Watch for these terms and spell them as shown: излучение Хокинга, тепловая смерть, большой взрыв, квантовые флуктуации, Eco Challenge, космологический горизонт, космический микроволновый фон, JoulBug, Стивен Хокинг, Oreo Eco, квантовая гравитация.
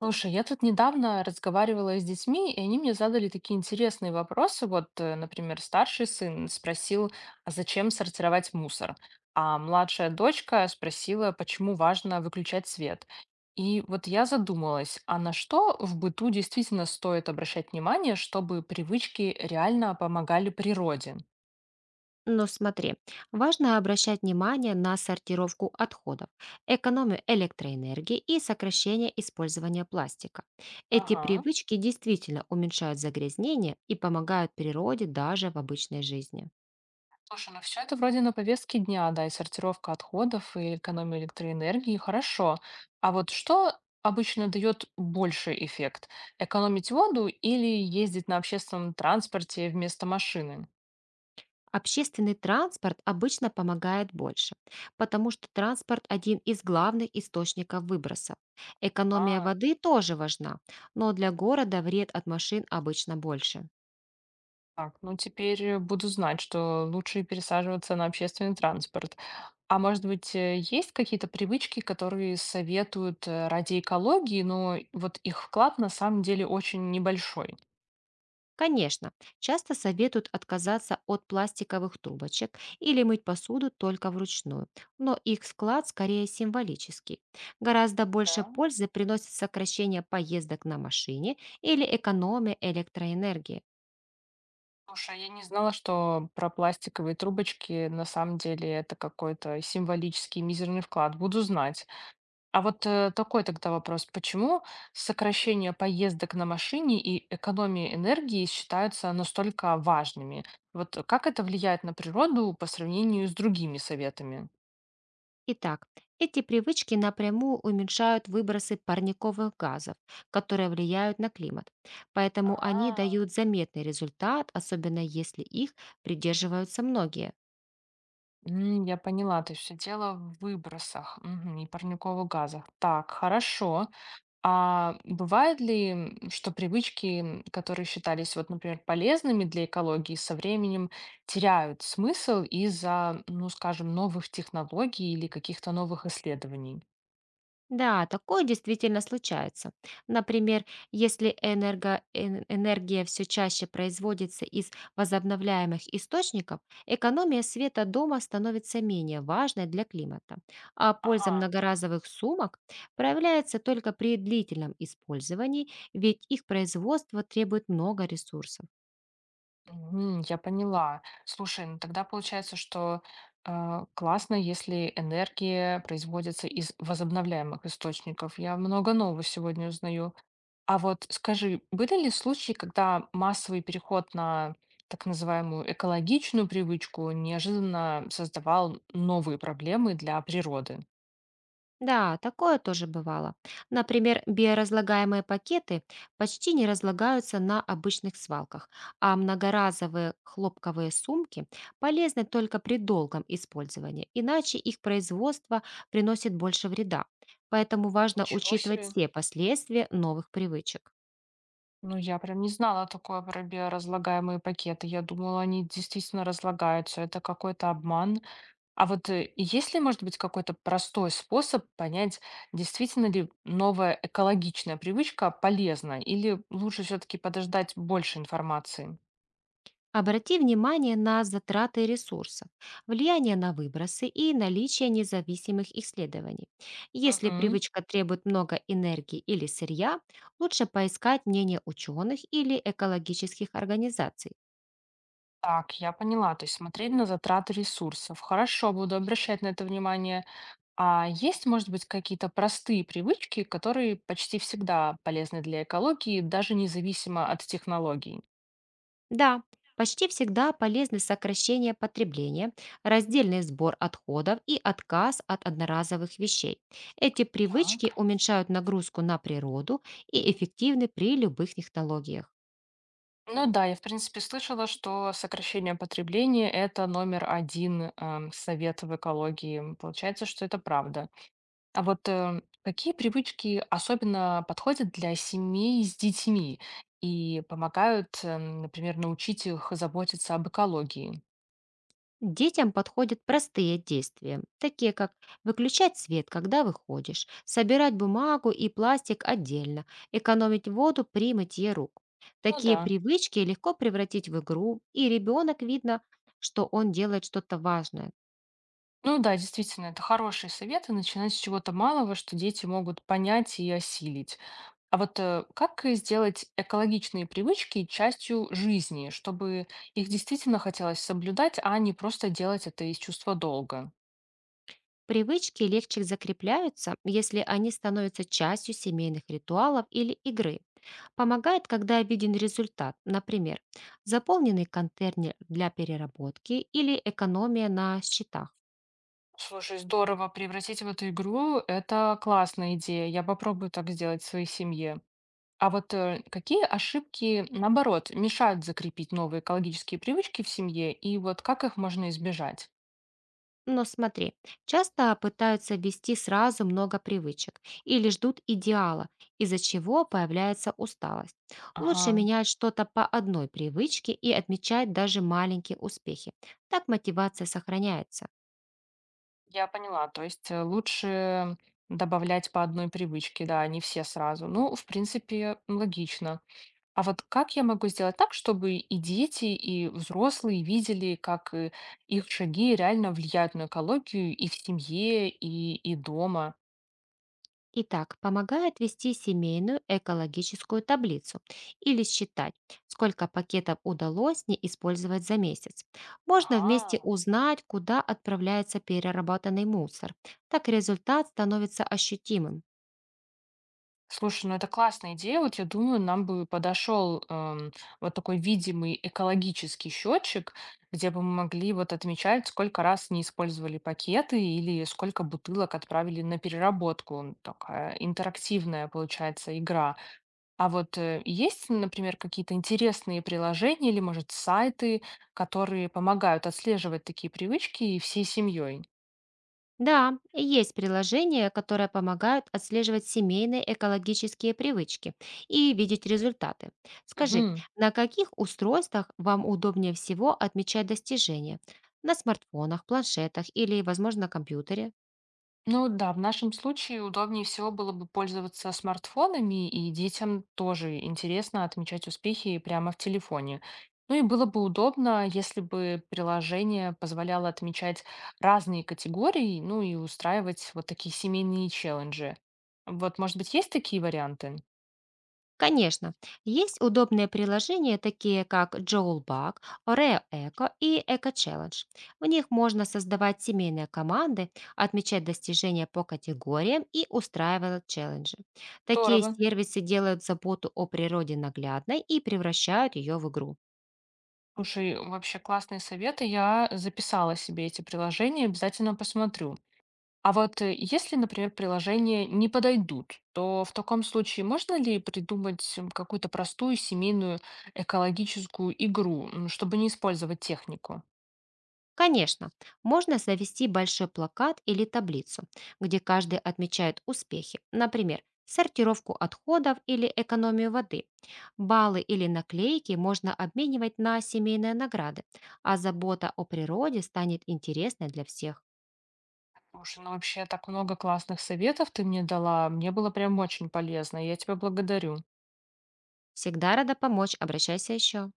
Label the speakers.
Speaker 1: Слушай, я тут недавно разговаривала с детьми, и они мне задали такие интересные вопросы. Например, старший сын спросил, а зачем сортировать мусор? А младшая дочка спросила, почему важно выключать свет. И вот я задумалась, а на что в быту действительно стоит обращать внимание, чтобы привычки реально помогали природе?
Speaker 2: Но смотри, важно обращать внимание на сортировку отходов, экономию электроэнергии и сокращение использования пластика. Эти
Speaker 1: Ага.
Speaker 2: привычки действительно уменьшают загрязнение и помогают природе даже в обычной жизни.
Speaker 1: Слушай, ну все это вроде на повестке дня, да, и сортировка отходов, и экономия электроэнергии, хорошо. А вот что обычно дает больший эффект? Экономить воду или ездить на общественном транспорте вместо машины?
Speaker 2: Общественный транспорт обычно помогает больше, потому что транспорт один из главных источников выбросов. Экономия
Speaker 1: Ага.
Speaker 2: воды тоже важна, но для города вред от машин обычно больше.
Speaker 1: Так, ну теперь буду знать, что лучше пересаживаться на общественный транспорт. А может быть, есть какие-то привычки, которые советуют ради экологии, но вот их вклад на самом деле очень небольшой?
Speaker 2: Конечно, часто советуют отказаться от пластиковых трубочек или мыть посуду только вручную, но их склад скорее символический. Гораздо больше
Speaker 1: Да.
Speaker 2: пользы приносит сокращение поездок на машине или экономия электроэнергии.
Speaker 1: Слушай, я не знала, что про пластиковые трубочки на самом деле это какой-то символический мизерный вклад. Буду знать. А такой тогда вопрос. Почему сокращение поездок на машине и экономия энергии считаются настолько важными? Вот как это влияет на природу по сравнению с другими советами?
Speaker 2: Итак, эти привычки напрямую уменьшают выбросы парниковых газов, которые влияют на климат. Поэтому они
Speaker 1: А,
Speaker 2: дают заметный результат, особенно если их придерживаются многие.
Speaker 1: Я поняла, то есть все дело в выбросах и парниковых газах. Так, хорошо. А бывает ли, что привычки, которые считались, вот, например, полезными для экологии, со временем теряют смысл из-за, ну, скажем, новых технологий или каких-то новых исследований?
Speaker 2: Да, такое действительно случается. Например, если энергия все чаще производится из возобновляемых источников, экономия света дома становится менее важной для климата, а польза
Speaker 1: Ага.
Speaker 2: многоразовых сумок проявляется только при длительном использовании, ведь их производство требует много ресурсов.
Speaker 1: Мгм, я поняла. Слушай, ну тогда получается, что а, классно, если энергия производится из возобновляемых источников. Я много нового сегодня узнаю. А вот скажи, были ли случаи, когда массовый переход на так называемую экологичную привычку неожиданно создавал новые проблемы для природы?
Speaker 2: Да, такое тоже бывало. Например, биоразлагаемые пакеты почти не разлагаются на обычных свалках, а многоразовые хлопковые сумки полезны только при долгом использовании, иначе их производство приносит больше вреда. Поэтому важно
Speaker 1: Ничего
Speaker 2: учитывать
Speaker 1: себе.
Speaker 2: все последствия новых привычек.
Speaker 1: Ну, я прям не знала такое про биоразлагаемые пакеты. Я думала, они действительно разлагаются. Это какой-то обман. А есть ли, может быть, какой-то простой способ понять, действительно ли новая экологичная привычка полезна, или лучше все-таки подождать больше информации?
Speaker 2: Обрати внимание на затраты ресурсов, влияние на выбросы и наличие независимых исследований. Если
Speaker 1: Мгм.
Speaker 2: привычка требует много энергии или сырья, лучше поискать мнение ученых или экологических организаций.
Speaker 1: Так, я поняла. То есть смотреть на затраты ресурсов. Хорошо, буду обращать на это внимание. А есть, может быть, какие-то простые привычки, которые почти всегда полезны для экологии, даже независимо от технологий?
Speaker 2: Да, почти всегда полезны сокращение потребления, раздельный сбор отходов и отказ от одноразовых вещей. Эти
Speaker 1: Так,
Speaker 2: привычки уменьшают нагрузку на природу и эффективны при любых технологиях.
Speaker 1: ну да, я, в принципе, слышала, что сокращение потребления– это номер один, совет в экологии. Получается, что это правда. А какие привычки особенно подходят для семей с детьми и помогают, например, научить их заботиться об экологии?
Speaker 2: Детям подходят простые действия, такие как выключать свет, когда выходишь, собирать бумагу и пластик отдельно, экономить воду при мытье рук.
Speaker 1: Ну
Speaker 2: Такие
Speaker 1: да.
Speaker 2: привычки легко превратить в игру, и ребенок видно, что он делает что-то важное.
Speaker 1: Ну да, действительно, это хорошие советы, начинать с чего-то малого, что дети могут понять и осилить. А сделать экологичные привычки частью жизни, чтобы их действительно хотелось соблюдать, а не просто делать это из чувства долга?
Speaker 2: Привычки легче закрепляются, если они становятся частью семейных ритуалов или игры. Помогает, когда виден результат, например, заполненный контейнер для переработки или экономия на счетах.
Speaker 1: Слушай, здорово. Превратить в эту игру- это классная идея. Я попробую так сделать в своей семье. А какие ошибки, наоборот, мешают закрепить новые экологические привычки в семье, и вот как их можно избежать?
Speaker 2: Но смотри, часто пытаются ввести сразу много привычек или ждут идеала, из-за чего появляется усталость.
Speaker 1: Ага,
Speaker 2: Лучше менять что-то по одной привычке и отмечать даже маленькие успехи. Так мотивация сохраняется.
Speaker 1: я поняла. То есть лучше добавлять по одной привычке, да, не все сразу. Ну, в принципе, логично. А вот как я могу сделать так, чтобы и дети, и взрослые видели, как их шаги реально влияют на экологию и в семье, и дома?
Speaker 2: Итак, помогает вести семейную экологическую таблицу или считать, сколько пакетов удалось не использовать за месяц. Можно вместе
Speaker 1: Ага,
Speaker 2: узнать, куда отправляется переработанный мусор. Так результат становится ощутимым.
Speaker 1: слушай, ну это классная идея. Вот я думаю, нам бы подошел вот такой видимый экологический счетчик, где бы мы могли вот отмечать, сколько раз не использовали пакеты или сколько бутылок отправили на переработку. Такая интерактивная получается игра. А есть, например, какие-то интересные приложения или, может, сайты, которые помогают отслеживать такие привычки и всей семьей?
Speaker 2: Да, и есть приложения, которые помогают отслеживать семейные экологические привычки и видеть результаты. Скажи,
Speaker 1: Мгм.
Speaker 2: на каких устройствах вам удобнее всего отмечать достижения? На смартфонах, планшетах или, возможно, на компьютере?
Speaker 1: Ну да, в нашем случае удобнее всего было бы пользоваться смартфонами, и детям тоже интересно отмечать успехи прямо в телефоне. Ну и было бы удобно, если бы приложение позволяло отмечать разные категории, ну и устраивать вот такие семейные челленджи. Вот, может быть, есть такие варианты?
Speaker 2: Конечно, есть удобные приложения, такие как JoulBug, Oreo Eco и Eco Challenge. В них можно создавать семейные команды, отмечать достижения по категориям и устраивать челленджи. Такие
Speaker 1: Здорово.
Speaker 2: сервисы делают заботу о природе наглядной и превращают ее в игру.
Speaker 1: Слушай, вообще классные советы. Я записала себе эти приложения, обязательно посмотрю. А если, например, приложения не подойдут, то в таком случае можно ли придумать какую-то простую семейную экологическую игру, чтобы не использовать технику?
Speaker 2: Конечно, можно завести большой плакат или таблицу, где каждый отмечает успехи, например, сортировку отходов или экономию воды. Баллы или наклейки можно обменивать на семейные награды, а забота о природе станет интересной для всех.
Speaker 1: Слушай, ну вообще так много классных советов ты мне дала. Мне было прям очень полезно. Я тебя благодарю.
Speaker 2: Всегда рада помочь, обращайся еще.